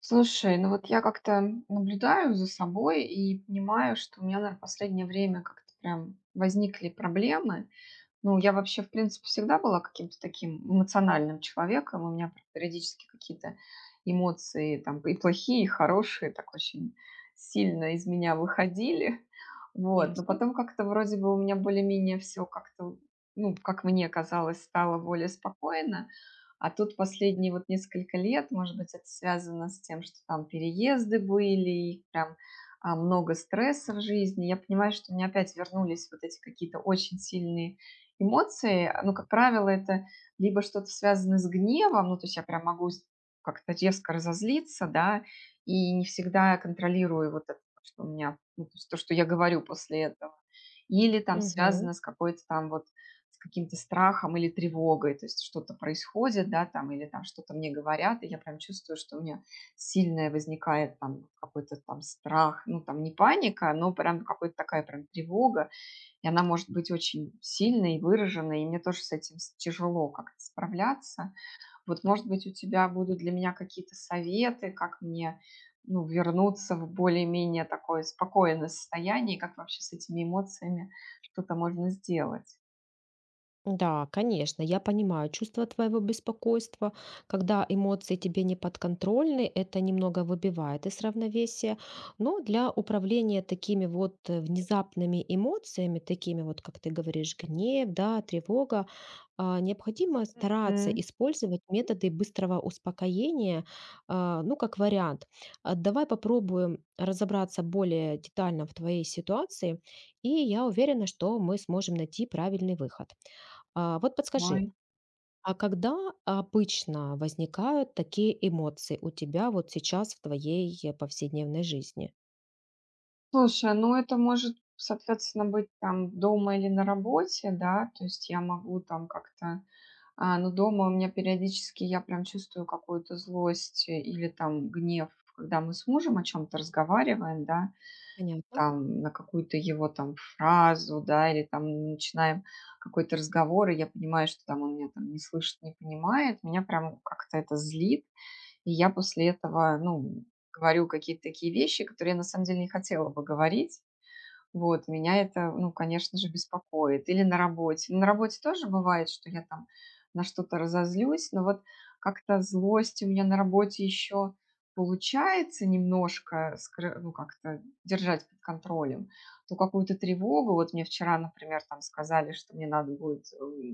Слушай, ну вот я как-то наблюдаю за собой и понимаю, что у меня, наверное, в последнее время как-то прям возникли проблемы. Ну, я вообще, в принципе, всегда была каким-то таким эмоциональным человеком. У меня периодически какие-то эмоции там и плохие, и хорошие так очень сильно из меня выходили. Вот. Но Ясно. потом как-то вроде бы у меня более-менее все как-то, ну, как мне казалось, стало более спокойно. А тут последние вот несколько лет, может быть, это связано с тем, что там переезды были, и прям много стресса в жизни. Я понимаю, что у меня опять вернулись вот эти какие-то очень сильные эмоции. Ну, как правило, это либо что-то связано с гневом, ну, то есть я прям могу как-то резко разозлиться, да, и не всегда контролирую вот это, что у меня, ну, то, есть то, что я говорю после этого. Или там Мгм. связано с какой-то там вот с каким-то страхом или тревогой, то есть что-то происходит, да, там, или там что-то мне говорят, и я прям чувствую, что у меня сильное возникает там какой-то там страх, ну, там не паника, но прям какая-то такая прям тревога, и она может быть очень сильной и выраженной, и мне тоже с этим тяжело как-то справляться. Вот, может быть, у тебя будут для меня какие-то советы, как мне ну, вернуться в более-менее такое спокойное состояние, и как вообще с этими эмоциями что-то можно сделать. Да, конечно, я понимаю чувство твоего беспокойства. Когда эмоции тебе не подконтрольны, это немного выбивает из равновесия. Но для управления такими вот внезапными эмоциями, такими вот, как ты говоришь, гнев, да, тревога, необходимо стараться использовать методы быстрого успокоения, ну, как вариант. Давай попробуем разобраться более детально в твоей ситуации, и я уверена, что мы сможем найти правильный выход. Вот подскажи, Ой. а когда обычно возникают такие эмоции у тебя вот сейчас в твоей повседневной жизни? Слушай, ну это может, соответственно, быть там дома или на работе, да, то есть я могу там как-то, но дома у меня периодически я прям чувствую какую-то злость или там гнев, когда мы с мужем о чем-то разговариваем, да, Понятно. там на какую-то его там фразу, да, или там начинаем какой-то разговор, и я понимаю, что там он меня там не слышит, не понимает, меня прям как-то это злит. И я после этого, ну, говорю какие-то такие вещи, которые я на самом деле не хотела бы говорить. Вот, меня это, ну, конечно же, беспокоит. Или на работе. На работе тоже бывает, что я там на что-то разозлюсь, но вот как-то злость у меня на работе еще получается немножко, ну, как-то держать под контролем, то какую-то тревогу, вот мне вчера, например, там сказали, что мне надо будет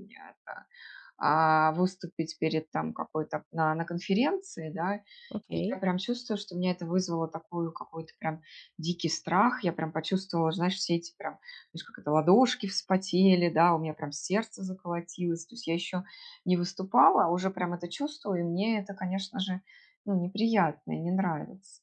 э, выступить перед там какой-то на конференции, да. И я Окей. прям чувствую, что у меня это вызвало такую какой-то прям дикий страх. Я прям почувствовала, знаешь, все эти прям, знаешь, как это, ладошки вспотели, да, у меня прям сердце заколотилось. То есть я еще не выступала, а уже прям это чувствую, и мне это, конечно же, ну, неприятно и не нравится.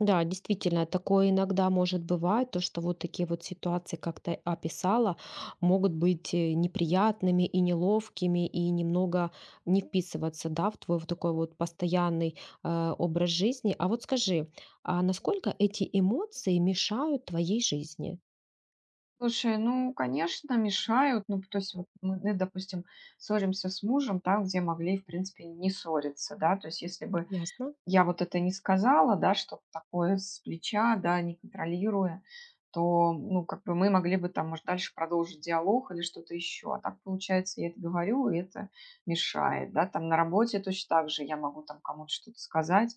Да, действительно, такое иногда может бывать, то, что вот такие вот ситуации, как ты описала, могут быть неприятными и неловкими, и немного не вписываться, да, в твой вот такой вот постоянный образ жизни. А вот скажи, а насколько эти эмоции мешают твоей жизни? Слушай, ну, конечно, мешают. Ну, то есть вот мы, ну, допустим, ссоримся с мужем там, где могли, в принципе, не ссориться, да. То есть если бы Ясно? я вот это не сказала, да, что-то такое с плеча, да, не контролируя, то, ну, как бы мы могли бы там, может, дальше продолжить диалог или что-то еще. А так получается, я это говорю, и это мешает, да, там на работе точно так же я могу там кому-то что-то сказать,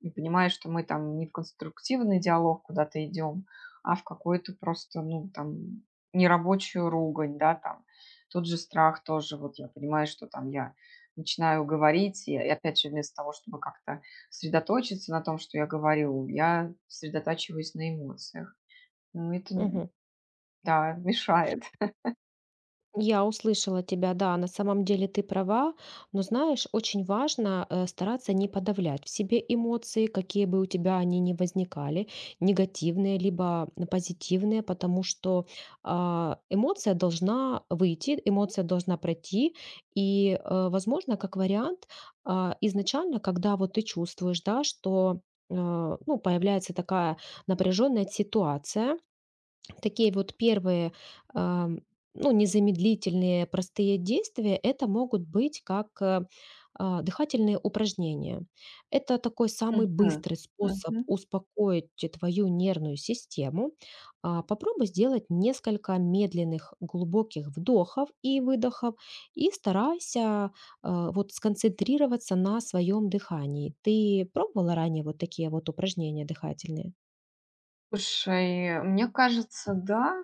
и понимаю, что мы там не в конструктивный диалог куда-то идем, а в какую-то просто, ну, там, нерабочую ругань, да, там. Тут же страх тоже, вот я понимаю, что там я начинаю говорить, и опять же, вместо того, чтобы как-то сосредоточиться на том, что я говорю, я сосредотачиваюсь на эмоциях. Ну, это, Мгм. да, мешает. Я услышала тебя, да, на самом деле ты права, но знаешь, очень важно стараться не подавлять в себе эмоции, какие бы у тебя они ни возникали, негативные либо позитивные, потому что эмоция должна выйти, эмоция должна пройти, и, возможно, как вариант, изначально, когда вот ты чувствуешь, да, что э, ну, появляется такая напряженная ситуация. Такие вот первые, ам, ну, незамедлительные, простые действия — это могут быть как, дыхательные упражнения. Это такой самый Мгм. быстрый способ Мгм. успокоить твою нервную систему. Попробуй сделать несколько медленных глубоких вдохов и выдохов и старайся, вот сконцентрироваться на своем дыхании. Ты пробовала ранее вот такие вот упражнения дыхательные? Слушай, мне кажется, да,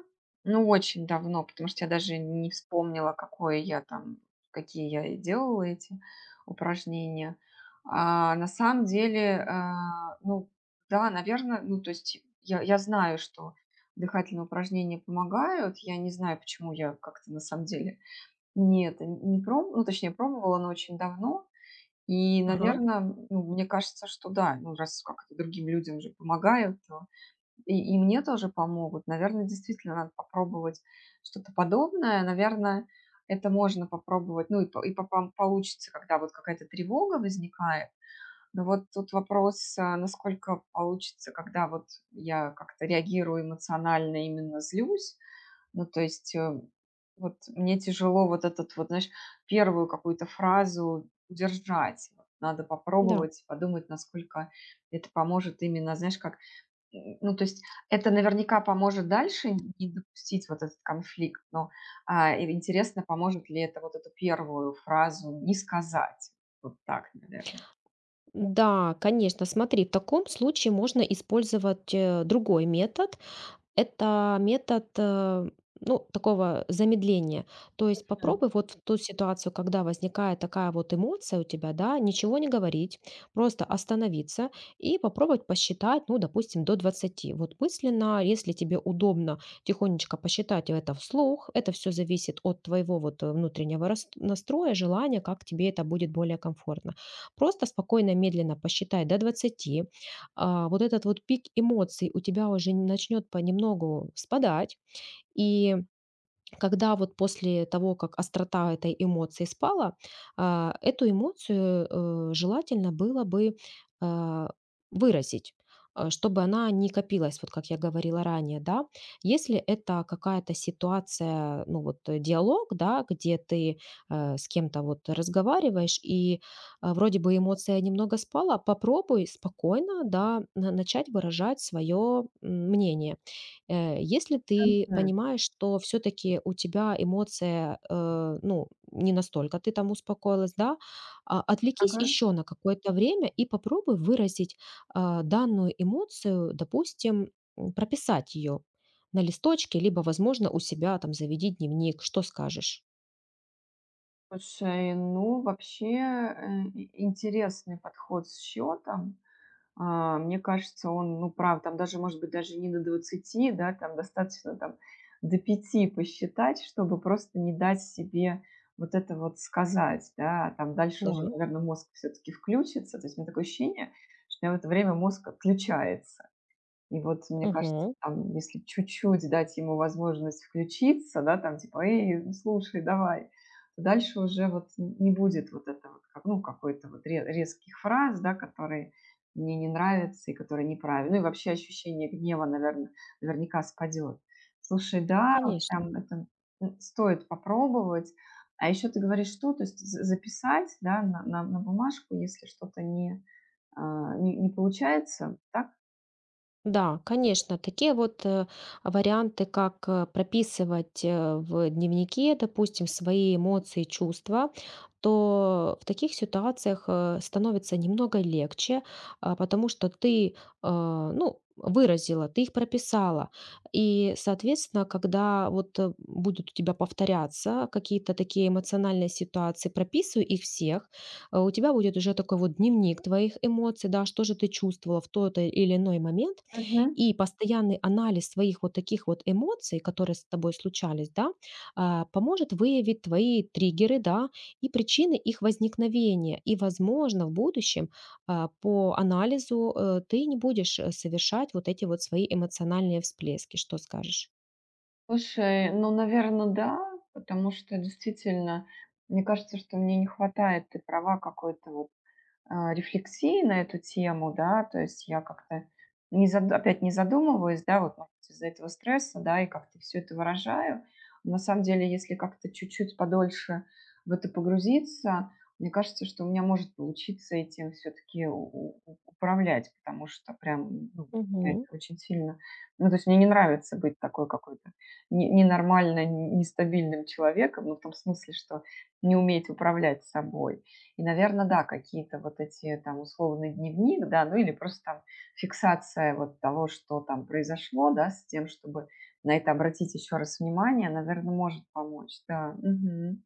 ну, очень давно, потому что я даже не вспомнила, какое я там, какие я и делала эти упражнения. На самом деле, ну, да, наверное, ну, то есть я знаю, что дыхательные упражнения помогают, я не знаю, почему я как-то на самом деле. Нет, не проб ну, точнее, пробовала, но очень давно. И, Ага, наверное, мне кажется, что да, ну, раз как это другим людям же помогают, то и мне тоже помогут. Наверное, действительно надо попробовать что-то подобное. Наверное, это можно попробовать, ну, и по пам получится, когда вот какая-то тревога возникает. Но вот тут вопрос, насколько получится, когда вот я как-то реагирую эмоционально, именно злюсь, ну, то есть, вот мне тяжело вот этот вот, знаешь, первую какую-то фразу удержать. Вот надо да. попробовать, подумать, насколько это поможет именно, знаешь, как... Ну, то есть это наверняка поможет дальше не допустить вот этот конфликт, но и интересно, поможет ли это вот эту первую фразу не сказать. Вот так, наверное. Да, конечно. Смотри, в таком случае можно использовать другой метод. Это метод, ну, такого замедления. То есть Мгм. попробуй вот в ту ситуацию, когда возникает такая вот эмоция у тебя, да, ничего не говорить, просто остановиться и попробовать посчитать, ну, допустим, до двадцати. Вот мысленно, если тебе удобно тихонечко посчитать это вслух, это все зависит от твоего вот внутреннего настроя, желания, как тебе это будет более комфортно. Просто спокойно, медленно посчитай до двадцати, вот этот вот пик эмоций у тебя уже начнет понемногу спадать, и когда вот после того, как острота этой эмоции спала, эту эмоцию желательно было бы а, выразить, чтобы она не копилась, вот как я говорила ранее, да, если это какая-то ситуация, ну вот диалог, да, где ты с кем-то вот разговариваешь, и вроде бы эмоция немного спала, попробуй спокойно, да, начать выражать свое мнение. Если ты Мгм. понимаешь, что все таки у тебя эмоция, ну, не настолько ты там успокоилась, да, отвлекись Ага. еще на какое-то время и попробуй выразить, данную эмоцию, допустим, прописать ее на листочке, либо, возможно, у себя там заведи дневник. Что скажешь? Слушай, ну вообще интересный подход с счетом. Мне кажется, он, ну, прав, там даже, может быть, даже не до 20, да, там достаточно там до 5 посчитать, чтобы просто не дать себе вот это вот сказать, да, а там дальше уже, Да, наверное, мозг все-таки включится. То есть у меня такое ощущение, что у меня в это время мозг отключается. И вот, мне кажется, угу, там, если чуть-чуть дать ему возможность включиться, да, там типа: "Эй, ну, слушай, давай", то дальше уже вот н не будет вот это вот, как, ну, какой-то вот ре резких фраз, да, которые мне не нравятся и которые неправильно. Ну и вообще ощущение гнева, наверное, наверняка спадет. Слушай, да, вот конечно. прям это, стоит попробовать. А еще ты говоришь, что? То есть за записать, да, на бумажку, если что-то не, не получается, так? Да, конечно, такие вот варианты, как прописывать в дневнике, допустим, свои эмоции, чувства, то в таких ситуациях становится немного легче, потому что ты, ну, выразила, ты их прописала. И, соответственно, когда вот будут у тебя повторяться какие-то такие эмоциональные ситуации, прописывай их всех, у тебя будет уже такой вот дневник твоих эмоций, да, что же ты чувствовала в тот или иной момент, и постоянный анализ своих вот таких вот эмоций, которые с тобой случались, да, поможет выявить твои триггеры, да, и причины их возникновения. И, возможно, в будущем по анализу ты не будешь совершать вот эти вот свои эмоциональные всплески. Что скажешь? Слушай, ну, наверное, да, потому что действительно, мне кажется, что мне не хватает, ты права, какой-то вот рефлексии на эту тему, да, то есть я как-то не зад- опять не задумываюсь, да, вот может быть, из-за этого стресса, да, и как-то все это выражаю. На самом деле, если как-то чуть-чуть подольше в это погрузиться, мне кажется, что у меня может получиться этим все-таки управлять, потому что прям ну, меня Мгм. это очень сильно... Ну, то есть мне не нравится быть такой какой-то ненормально, нестабильным человеком, ну, в том смысле, что не уметь управлять собой. И, наверное, да, какие-то вот эти там условный дневник, да, ну или просто там фиксация вот того, что там произошло, да, с тем, чтобы на это обратить еще раз внимание, наверное, может помочь, да. Мгм.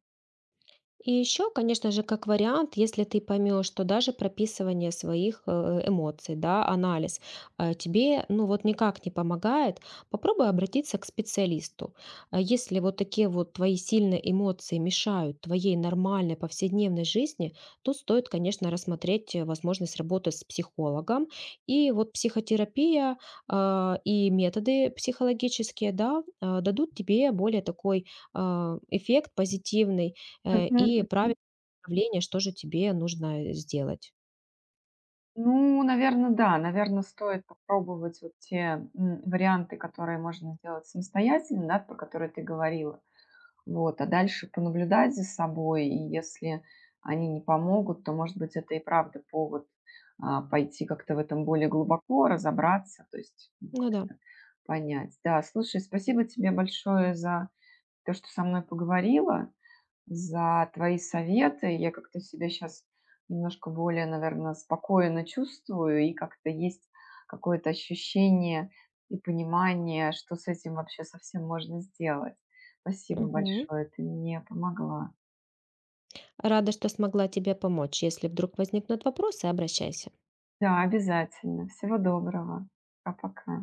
И еще, конечно же, как вариант, если ты поймешь, что даже прописывание своих эмоций, да, анализ тебе, ну вот никак не помогает, попробуй обратиться к специалисту. Если вот такие вот твои сильные эмоции мешают твоей нормальной повседневной жизни, то стоит, конечно, рассмотреть возможность работы с психологом. И вот психотерапия, и методы психологические, да, дадут тебе более такой эффект позитивный Мгм, и правильное мгм. направление, что же тебе нужно сделать. Ну, наверное, да, наверное, стоит попробовать вот те варианты, которые можно сделать самостоятельно, да, про которые ты говорила. Вот, а дальше понаблюдать за собой, и если они не помогут, то, может быть, это и правда повод пойти как-то в этом более глубоко, разобраться, то есть ну, Ну да. как-то понять. Да, слушай, спасибо тебе большое за то, что со мной поговорила за твои советы. Я как-то себя сейчас немножко более, наверное, спокойно чувствую, и как-то есть какое-то ощущение и понимание, что с этим вообще совсем можно сделать. Спасибо Мгм. большое, ты мне помогла. Рада, что смогла тебе помочь. Если вдруг возникнут вопросы, обращайся. Да, обязательно. Всего доброго. Пока-пока.